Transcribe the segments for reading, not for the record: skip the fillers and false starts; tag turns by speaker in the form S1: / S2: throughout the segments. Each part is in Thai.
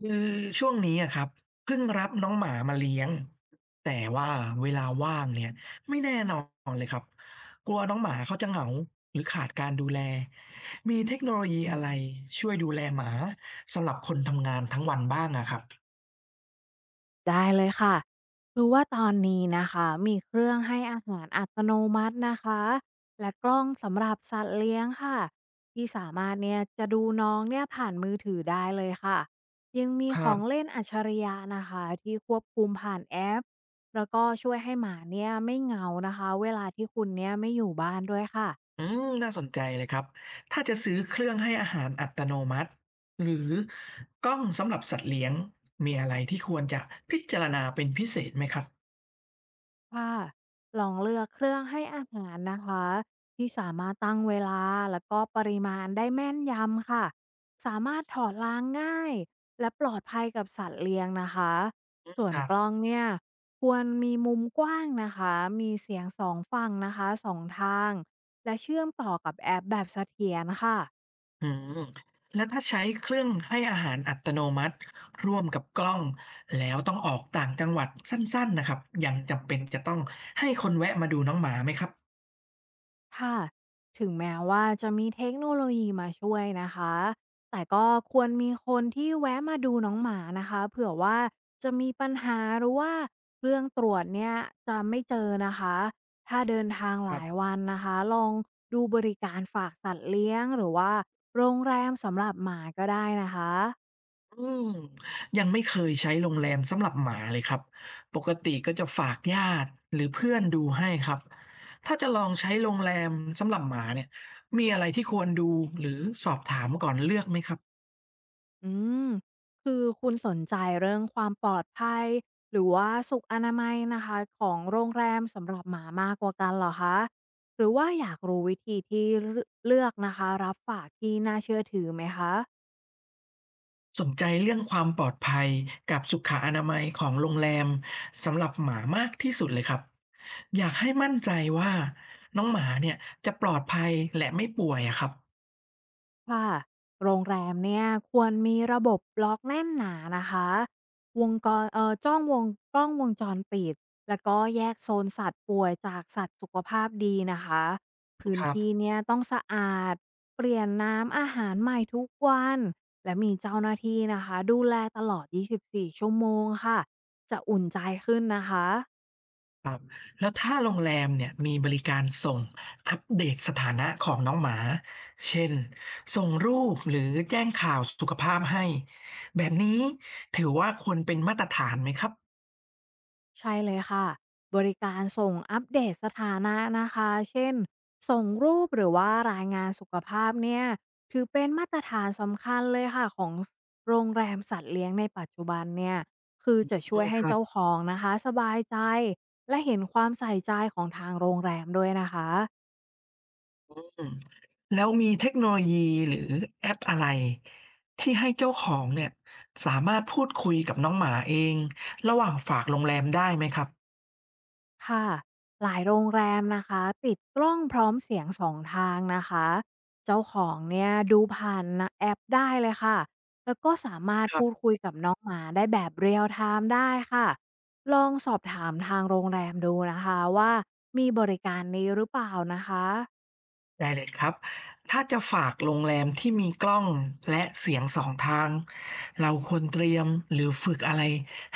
S1: คือช่วงนี้อะครับเพิ่งรับน้องหมามาเลี้ยงแต่ว่าเวลาว่างเนี่ยไม่แน่นอนเลยครับกลัวน้องหมาเขาจะเหงาหรือขาดการดูแลมีเทคโนโลยีอะไรช่วยดูแลหมาสำหรับคนทำงานทั้งวันบ้างอะครับ
S2: ได้เลยค่ะคือว่าตอนนี้นะคะมีเครื่องให้อาหารอัตโนมัตินะคะและกล้องสำหรับสัตว์เลี้ยงค่ะที่สามารถเนี่ยจะดูน้องเนี่ยผ่านมือถือได้เลยค่ะยังมี
S1: ค
S2: ข
S1: รั
S2: อ
S1: บ
S2: งเล่นอัจฉริยะนะคะที่ควบคุมผ่านแอปแล้วก็ช่วยให้หมาเนี่ยไม่เหงานะคะเวลาที่คุณเนี่ยไม่อยู่บ้านด้วยค่ะ
S1: อืมน่าสนใจเลยครับถ้าจะซื้อเครื่องให้อาหารอัตโนมัติหรือกล้องสำหรับสัตว์เลี้ยงมีอะไรที่ควรจะพิจารณาเป็นพิเศษไหมครับ
S2: ค่ะลองเลือกเครื่องให้อาหารนะคะที่สามารถตั้งเวลาแล้วก็ปริมาณได้แม่นยำค่ะสามารถถอดล้างง่ายและปลอดภัยกับสัตว์เลี้ยงนะคะส่ว
S1: ค
S2: น
S1: รั
S2: กล้อ
S1: บ
S2: งเนี่ยควรมีมุมกว้างนะคะมีเสียงสองฝั่งนะคะสองทางและเชื่อมต่อกับแอปแบบเสถียรค่ะ
S1: อืมแล้วถ้าใช้เครื่องให้อาหารอัตโนมัติร่วมกับกล้องแล้วต้องออกต่างจังหวัดสั้นๆนะครับยังจำเป็นจะต้องให้คนแวะมาดูน้องหมาไหมครับ
S2: ค่ะถึงแม้ว่าจะมีเทคโนโลยีมาช่วยนะคะ แต่ก็ควรมีคนที่แวะมาดูน้องหมานะคะเผื่อว่าจะมีปัญหาหรือว่าเรื่องตรวจเนี่ยจะไม่เจอนะคะ ถ้าเดินทาง
S1: ค
S2: ห
S1: รั
S2: ลาย
S1: บ
S2: วันนะคะ ลองดูบริการฝากสัตว์เลี้ยงหรือว่าโรงแรมสำหรับหมาก็ได้นะคะ
S1: อืมยังไม่เคยใช้โรงแรมสำหรับหมาเลยครับปกติก็จะฝากญาติหรือเพื่อนดูให้ครับถ้าจะลองใช้โรงแรมสำหรับหมาเนี่ยมีอะไรที่ควรดูหรือสอบถามก่อนเลือกไหมครับ
S2: อืมคือคุณสนใจเรื่องความปลอดภัยหรือว่าสุขอนามัยนะคะของโรงแรมสำหรับหมามากกว่ากันเหรอคะหรือว่าอยากรู้วิธีที่เลือกนะคะรับฝากที่น่าเชื่อถือไหมคะ
S1: สนใจเรื่องความปลอดภัยกับสุขอนามัยของโรงแรมสำหรับหมามากที่สุดเลยครับอยากให้มั่นใจว่าน้องหมาเนี่ยจะปลอดภัยและไม่ป่วยอะครับ
S2: ค่ะโรงแรมเนี่ยควรมีระบบบล็อกแน่นหนานะคะวงกรเอ่อจ้องวงกล้องวงจรปิด แล้วก็แยกโซนสัตว์ป่วยจากสัตว์สุขภาพดีนะคะ พื้น
S1: ครับ
S2: ที่เนี่ยต้องสะอาด เปลี่ยนน้ำอาหารใหม่ทุกวัน และมีเจ้าหน้าที่นะคะดูแลตลอด 24 ชั่วโมงค่ะ จะอุ่นใจขึ้นนะคะ
S1: ครับแล้วถ้าโรงแรมเนี่ยมีบริการส่งอัปเดตสถานะของน้องหมาเช่นส่งรูปหรือแจ้งข่าวสุขภาพให้แบบนี้ถือว่าควรเป็นมาตรฐานไหมครับ
S2: ใช่เลยค่ะบริการส่งอัปเดตสถานะนะคะเช่นส่งรูปหรือว่ารายงานสุขภาพเนี่ยถือเป็นมาตรฐานสำคัญเลยค่ะของโรงแรมสัตว์เลี้ยงในปัจจุบันเนี่ยคือจะ
S1: อื
S2: ช่วย
S1: ม
S2: ให้
S1: ครั
S2: เจ้า
S1: บ
S2: ของนะคะสบายใจและเห็นความใส่ใจของทางโรงแรมด้วยนะคะ
S1: อืมแล้วมีเทคโนโลยีหรือแอปอะไรที่ให้เจ้าของเนี่ยสามารถพูดคุยกับน้องหมาเองระหว่างฝากโรงแรมได้ไหมครับ
S2: ค่ะหลายโรงแรมนะคะติดกล้องพร้อมเสียงสองทางนะคะเจ้าของเนี่ยดูผ่านนะแอปได้เลยค่ะแล้วก็สามารถ
S1: ครั
S2: พูด
S1: บ
S2: คุยกับน้องหมาได้แบบเรียลไทม์ได้ค่ะลองสอบถามทางโรงแรมดูนะคะว่ามีบริการนี้หรือเปล่านะคะ
S1: ได้เลยครับถ้าจะฝากโรงแรมที่มีกล้องและเสียงสองทางเราควรเตรียมหรือฝึกอะไร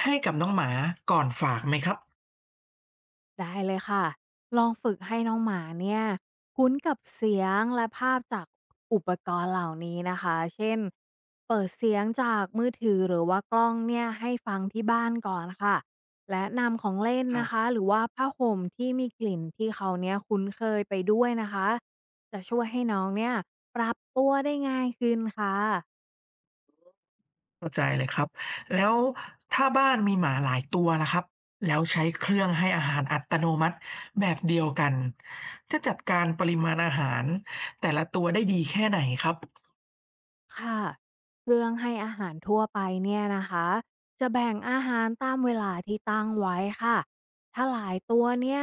S1: ให้กับน้องหมาก่อนฝากไหมครับ
S2: ได้เลยค่ะ ลองฝึกให้น้องหมาเนี่ยคุ้นกับเสียงและภาพจากอุปกรณ์เหล่านี้นะคะ เช่นเปิดเสียงจากมือถือหรือว่ากล้องเนี่ยให้ฟังที่บ้านก่อนค่ะ และนำของเล่น
S1: ครั
S2: นะคะ
S1: บ
S2: หรือว่าผ้าห่มที่มีกลิ่นที่เขาเนี่ยคุ้นเคยไปด้วยนะคะจะช่วยให้น้องเนี่ยปรับตัวได้ง่ายขึ้นค่ะ
S1: เข้าใจเลยครับแล้วถ้าบ้านมีหมาหลายตัวล่ะครับแล้วใช้เครื่องให้อาหารอัตโนมัติแบบเดียวกันจะจัดการปริมาณอาหารแต่ละตัวได้ดีแค่ไหนครับ
S2: ค่ะเรื่องให้อาหารทั่วไปเนี่ยนะคะจะแบ่งอาหารตามเวลาที่ตั้งไว้ค่ะถ้าหลายตัวเนี่ย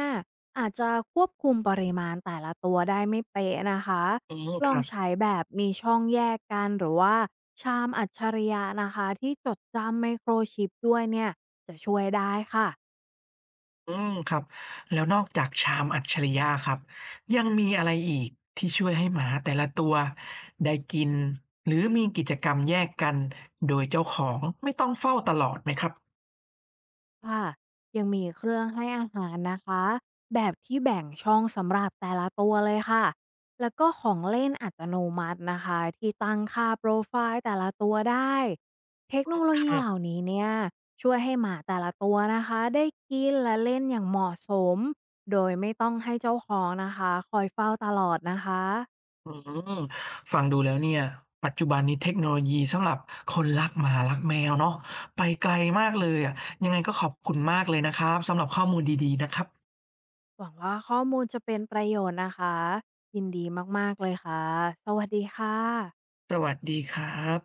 S2: อาจจะควบคุมปริมาณแต่ละตัวได้ไม่เป๊ะนะคะ
S1: อืม
S2: ล
S1: ค
S2: อง
S1: รับ
S2: ใช้แบบมีช่องแยกกันหรือว่าชามอัจฉริยะนะคะที่จดจำไมโครชิปด้วยเนี่ยจะช่วยได้ค่ะ
S1: อืมครับแล้วนอกจากชามอัจฉริยะครับยังมีอะไรอีกที่ช่วยให้หมาแต่ละตัวได้กินหรือมีกิจกรรมแยกกันโดยเจ้าของไม่ต้องเฝ้าตลอดไหมครับ
S2: ค่ะยังมีเครื่องให้อาหารนะคะแบบที่แบ่งช่องสำหรับแต่ละตัวเลยค่ะแล้วก็ของเล่นอัตโนมัตินะคะที่ตั้งค่าโปรไฟล์แต่ละตัวได้เทคโนโล
S1: ค
S2: ยี
S1: รั
S2: เหล่า
S1: บ
S2: นี้เนี่ยช่วยให้หมาแต่ละตัวนะคะได้กินและเล่นอย่างเหมาะสมโดยไม่ต้องให้เจ้าของนะคะคอยเฝ้าตลอดนะคะ
S1: อืมฟังดูแล้วเนี่ยปัจจุบันนี้เทคโนโลยีสำหรับคนรักหมารักแมวเนาะไปไกลมากเลยอะยังไงก็ขอบคุณมากเลยนะครับสำหรับข้อมูลดีๆนะครับ
S2: หวังว่าข้อมูลจะเป็นประโยชน์นะคะยินดีมากๆเลยค่ะสวัสดีค่ะ
S1: สวัสดีครับ